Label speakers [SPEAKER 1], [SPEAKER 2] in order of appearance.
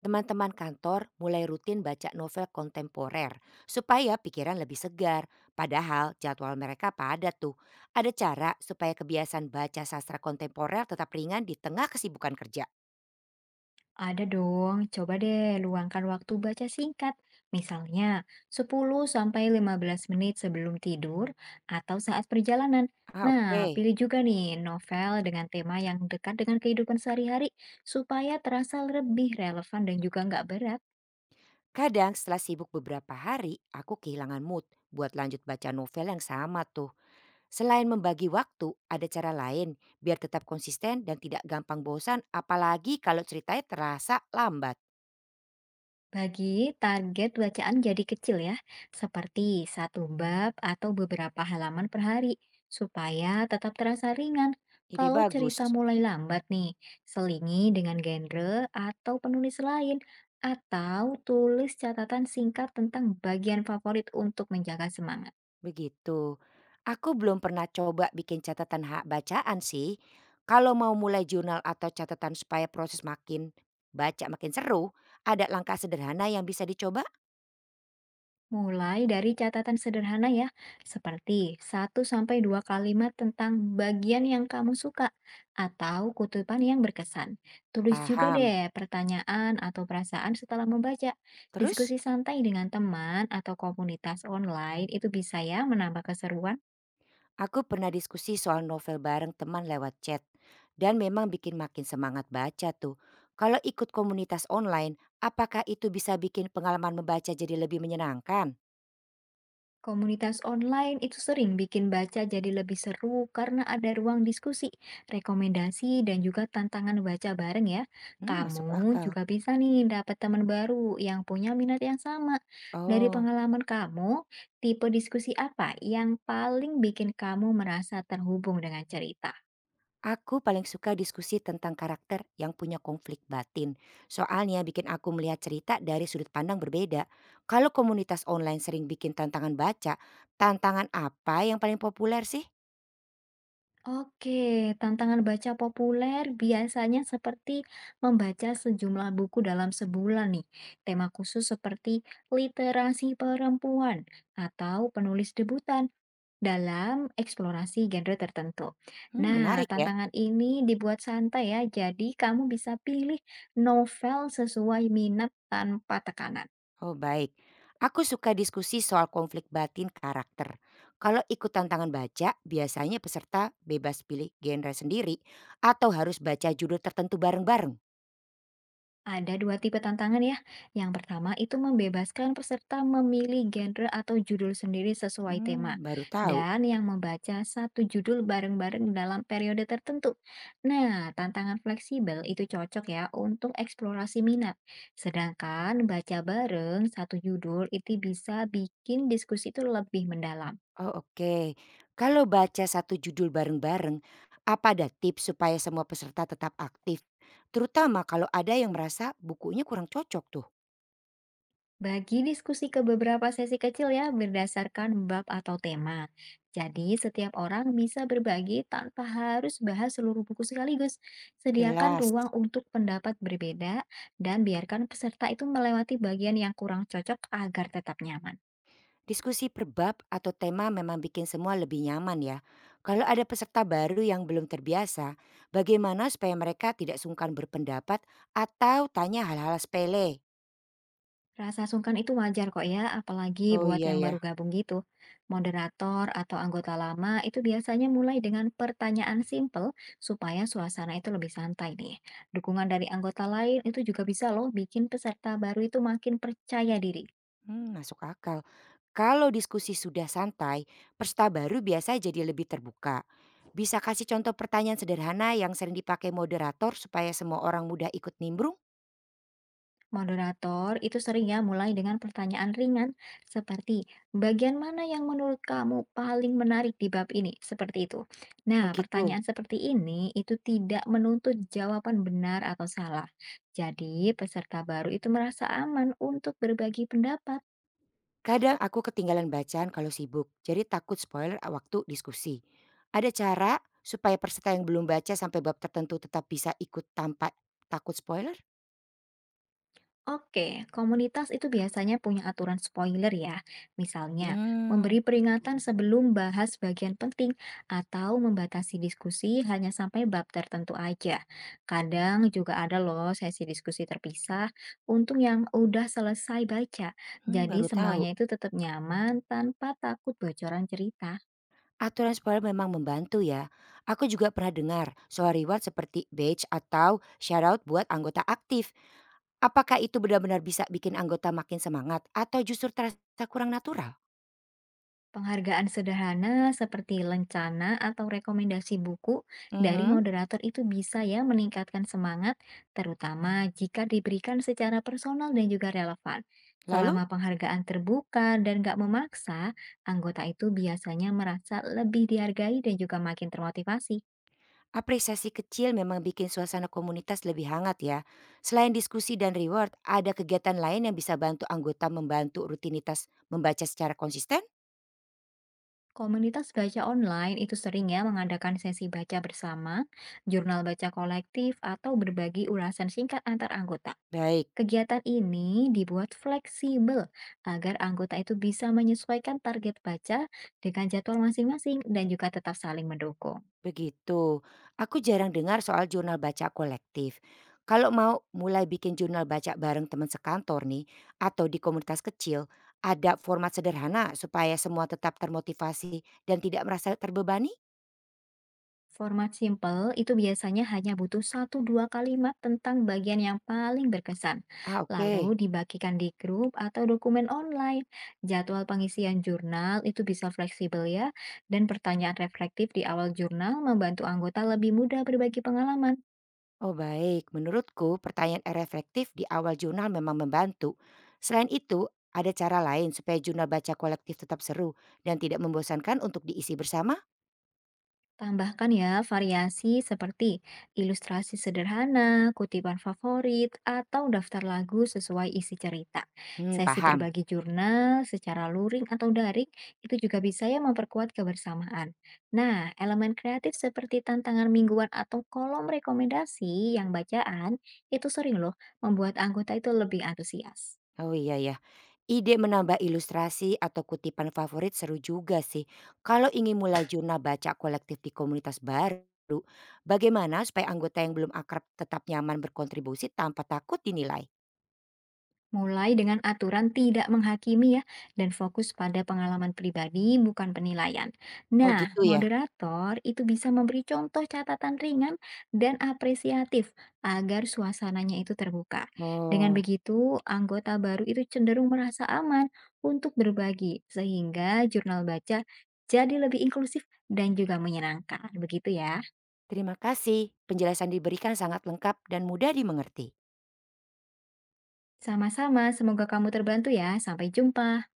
[SPEAKER 1] Teman-teman kantor mulai rutin baca novel kontemporer supaya pikiran lebih segar. Padahal jadwal mereka padat tuh. Ada cara supaya kebiasaan baca sastra kontemporer tetap ringan di tengah kesibukan kerja.
[SPEAKER 2] Ada dong, coba deh luangkan waktu baca singkat. Misalnya 10 sampai 15 menit sebelum tidur atau saat perjalanan.
[SPEAKER 1] Ah,
[SPEAKER 2] Nah,
[SPEAKER 1] oke.
[SPEAKER 2] pilih juga nih novel dengan tema yang dekat dengan kehidupan sehari-hari supaya terasa lebih relevan dan juga nggak berat.
[SPEAKER 1] Kadang setelah sibuk beberapa hari, aku kehilangan mood buat lanjut baca novel yang sama tuh. Selain membagi waktu, ada cara lain biar tetap konsisten dan tidak gampang bosan apalagi kalau ceritanya terasa lambat.
[SPEAKER 2] Bagi target bacaan jadi kecil ya, seperti satu bab atau beberapa halaman per hari, supaya tetap terasa ringan.
[SPEAKER 1] Ide
[SPEAKER 2] Kalau
[SPEAKER 1] bagus.
[SPEAKER 2] cerita mulai lambat nih, selingi dengan genre atau penulis lain, atau tulis catatan singkat tentang bagian favorit untuk menjaga semangat.
[SPEAKER 1] Begitu. Aku belum pernah coba bikin catatan hak bacaan sih. Kalau mau mulai jurnal atau catatan supaya proses baca makin seru, ada langkah sederhana yang bisa dicoba?
[SPEAKER 2] Mulai dari catatan sederhana ya, seperti satu sampai dua kalimat tentang bagian yang kamu suka atau kutipan yang berkesan. Tulis juga
[SPEAKER 1] Paham.
[SPEAKER 2] deh pertanyaan atau perasaan setelah membaca.
[SPEAKER 1] Terus,
[SPEAKER 2] Diskusi santai dengan teman atau komunitas online itu bisa ya menambah keseruan.
[SPEAKER 1] aku pernah diskusi soal novel bareng teman lewat chat. Dan memang bikin makin semangat baca tuh. Kalau ikut komunitas online, apakah itu bisa bikin pengalaman membaca jadi lebih menyenangkan?
[SPEAKER 2] Komunitas online itu sering bikin baca jadi lebih seru karena ada ruang diskusi, rekomendasi, dan juga tantangan baca bareng ya.
[SPEAKER 1] Hmm, masuk
[SPEAKER 2] Kamu
[SPEAKER 1] akal.
[SPEAKER 2] juga bisa nih dapat teman baru yang punya minat yang sama. Dari
[SPEAKER 1] Oh.
[SPEAKER 2] pengalaman kamu, tipe diskusi apa yang paling bikin kamu merasa terhubung dengan cerita?
[SPEAKER 1] Aku paling suka diskusi tentang karakter yang punya konflik batin. Soalnya bikin aku melihat cerita dari sudut pandang berbeda. Kalau komunitas online sering bikin tantangan baca, tantangan apa yang paling populer sih?
[SPEAKER 2] Oke, tantangan baca populer biasanya seperti membaca sejumlah buku dalam sebulan nih. Tema khusus seperti literasi perempuan atau penulis debutan dalam eksplorasi genre tertentu.
[SPEAKER 1] Hmm,
[SPEAKER 2] Nah,
[SPEAKER 1] menarik ya.
[SPEAKER 2] tantangan ini dibuat santai ya, jadi kamu bisa pilih novel sesuai minat tanpa tekanan.
[SPEAKER 1] Oh baik. Aku suka diskusi soal konflik batin karakter. Kalau ikut tantangan baca, biasanya peserta bebas pilih genre sendiri atau harus baca judul tertentu bareng-bareng.
[SPEAKER 2] Ada dua tipe tantangan ya. Yang pertama itu membebaskan peserta memilih genre atau judul sendiri sesuai tema.
[SPEAKER 1] Hmm, baru tahu.
[SPEAKER 2] Dan yang membaca satu judul bareng-bareng dalam periode tertentu. Nah, tantangan fleksibel itu cocok ya untuk eksplorasi minat. Sedangkan baca bareng satu judul itu bisa bikin diskusi itu lebih mendalam.
[SPEAKER 1] Oh oke, kalau baca satu judul bareng-bareng, apa ada tips supaya semua peserta tetap aktif? Terutama kalau ada yang merasa bukunya kurang cocok tuh.
[SPEAKER 2] Bagi diskusi ke beberapa sesi kecil ya berdasarkan bab atau tema. Jadi setiap orang bisa berbagi tanpa harus bahas seluruh buku sekaligus. Sediakan
[SPEAKER 1] Jelas,
[SPEAKER 2] ruang untuk pendapat berbeda dan biarkan peserta itu melewati bagian yang kurang cocok agar tetap nyaman.
[SPEAKER 1] diskusi per bab atau tema memang bikin semua lebih nyaman ya. Kalau ada peserta baru yang belum terbiasa, bagaimana supaya mereka tidak sungkan berpendapat atau tanya hal-hal sepele?
[SPEAKER 2] Rasa sungkan itu wajar kok ya, apalagi
[SPEAKER 1] Oh
[SPEAKER 2] buat
[SPEAKER 1] iya
[SPEAKER 2] yang
[SPEAKER 1] ya.
[SPEAKER 2] baru gabung gitu. Moderator atau anggota lama itu biasanya mulai dengan pertanyaan simpel supaya suasana itu lebih santai nih. Dukungan dari anggota lain itu juga bisa loh bikin peserta baru itu makin percaya diri.
[SPEAKER 1] Hmm, masuk akal. Kalau diskusi sudah santai, peserta baru biasa jadi lebih terbuka. Bisa kasih contoh pertanyaan sederhana yang sering dipakai moderator supaya semua orang mudah ikut nimbrung?
[SPEAKER 2] Moderator itu sering ya mulai dengan pertanyaan ringan seperti bagian mana yang menurut kamu paling menarik di bab ini? Seperti itu. Nah,
[SPEAKER 1] Oh gitu.
[SPEAKER 2] pertanyaan seperti ini itu tidak menuntut jawaban benar atau salah. Jadi, peserta baru itu merasa aman untuk berbagi pendapat.
[SPEAKER 1] Kadang aku ketinggalan bacaan kalau sibuk, jadi takut spoiler waktu diskusi. Ada cara supaya peserta yang belum baca sampai bab tertentu tetap bisa ikut tanpa takut spoiler?
[SPEAKER 2] Oke, komunitas itu biasanya punya aturan spoiler ya. Misalnya,
[SPEAKER 1] Hmm,
[SPEAKER 2] memberi peringatan sebelum bahas bagian penting atau membatasi diskusi hanya sampai bab tertentu aja. Kadang juga ada loh sesi diskusi terpisah untuk yang udah selesai baca.
[SPEAKER 1] hmm,
[SPEAKER 2] Jadi
[SPEAKER 1] baru tahu.
[SPEAKER 2] semuanya itu tetap nyaman tanpa takut bocoran cerita.
[SPEAKER 1] Aturan sekolah memang membantu ya. Aku juga pernah dengar soal reward seperti badge atau shoutout buat anggota aktif. Apakah itu benar-benar bisa bikin anggota makin semangat atau justru terasa kurang natural?
[SPEAKER 2] Penghargaan sederhana seperti lencana atau rekomendasi buku dari
[SPEAKER 1] Mhm.
[SPEAKER 2] moderator itu bisa ya meningkatkan semangat, terutama jika diberikan secara personal dan juga relevan.
[SPEAKER 1] Lalu,
[SPEAKER 2] Selama penghargaan terbuka dan gak memaksa, anggota itu biasanya merasa lebih dihargai dan juga makin termotivasi.
[SPEAKER 1] apresiasi kecil memang bikin suasana komunitas lebih hangat ya. Selain diskusi dan reward, ada kegiatan lain yang bisa bantu anggota membantu rutinitas membaca secara konsisten?
[SPEAKER 2] Komunitas baca online itu sering ya mengadakan sesi baca bersama, jurnal baca kolektif, atau berbagi ulasan singkat antar anggota.
[SPEAKER 1] Baik.
[SPEAKER 2] Kegiatan ini dibuat fleksibel agar anggota itu bisa menyesuaikan target baca dengan jadwal masing-masing dan juga tetap saling mendukung.
[SPEAKER 1] Begitu. Aku jarang dengar soal jurnal baca kolektif. Kalau mau mulai bikin jurnal baca bareng teman sekantor nih, atau di komunitas kecil, ada format sederhana supaya semua tetap termotivasi dan tidak merasa terbebani?
[SPEAKER 2] Format simple itu biasanya hanya butuh satu dua kalimat tentang bagian yang paling berkesan,
[SPEAKER 1] Ah,
[SPEAKER 2] lalu
[SPEAKER 1] oke.
[SPEAKER 2] dibagikan di grup atau dokumen online. Jadwal pengisian jurnal itu bisa fleksibel ya, dan pertanyaan reflektif di awal jurnal membantu anggota lebih mudah berbagi pengalaman.
[SPEAKER 1] Oh baik, menurutku pertanyaan reflektif di awal jurnal memang membantu. Selain itu, ada cara lain supaya jurnal baca kolektif tetap seru dan tidak membosankan untuk diisi bersama?
[SPEAKER 2] Tambahkan ya variasi seperti ilustrasi sederhana, kutipan favorit, atau daftar lagu sesuai isi cerita.
[SPEAKER 1] Hmm,
[SPEAKER 2] Sesi
[SPEAKER 1] paham.
[SPEAKER 2] berbagi jurnal secara luring atau daring itu juga bisa ya memperkuat kebersamaan. Nah, elemen kreatif seperti tantangan mingguan atau kolom rekomendasi yang bacaan itu sering loh membuat anggota itu lebih antusias.
[SPEAKER 1] Oh iya ya. Ide menambah ilustrasi atau kutipan favorit seru juga sih. Kalau ingin mulai jurnal baca kolektif di komunitas baru, bagaimana supaya anggota yang belum akrab tetap nyaman berkontribusi tanpa takut dinilai?
[SPEAKER 2] Mulai dengan aturan tidak menghakimi ya, dan fokus pada pengalaman pribadi bukan penilaian.
[SPEAKER 1] Oh
[SPEAKER 2] Nah,
[SPEAKER 1] gitu ya?
[SPEAKER 2] moderator itu bisa memberi contoh catatan ringan dan apresiatif agar suasananya itu terbuka. Dengan
[SPEAKER 1] Oh,
[SPEAKER 2] begitu, anggota baru itu cenderung merasa aman untuk berbagi, sehingga jurnal baca jadi lebih inklusif dan juga menyenangkan. Begitu ya.
[SPEAKER 1] terima kasih. Penjelasan diberikan sangat lengkap dan mudah dimengerti.
[SPEAKER 2] Sama-sama, semoga kamu terbantu ya. Sampai jumpa.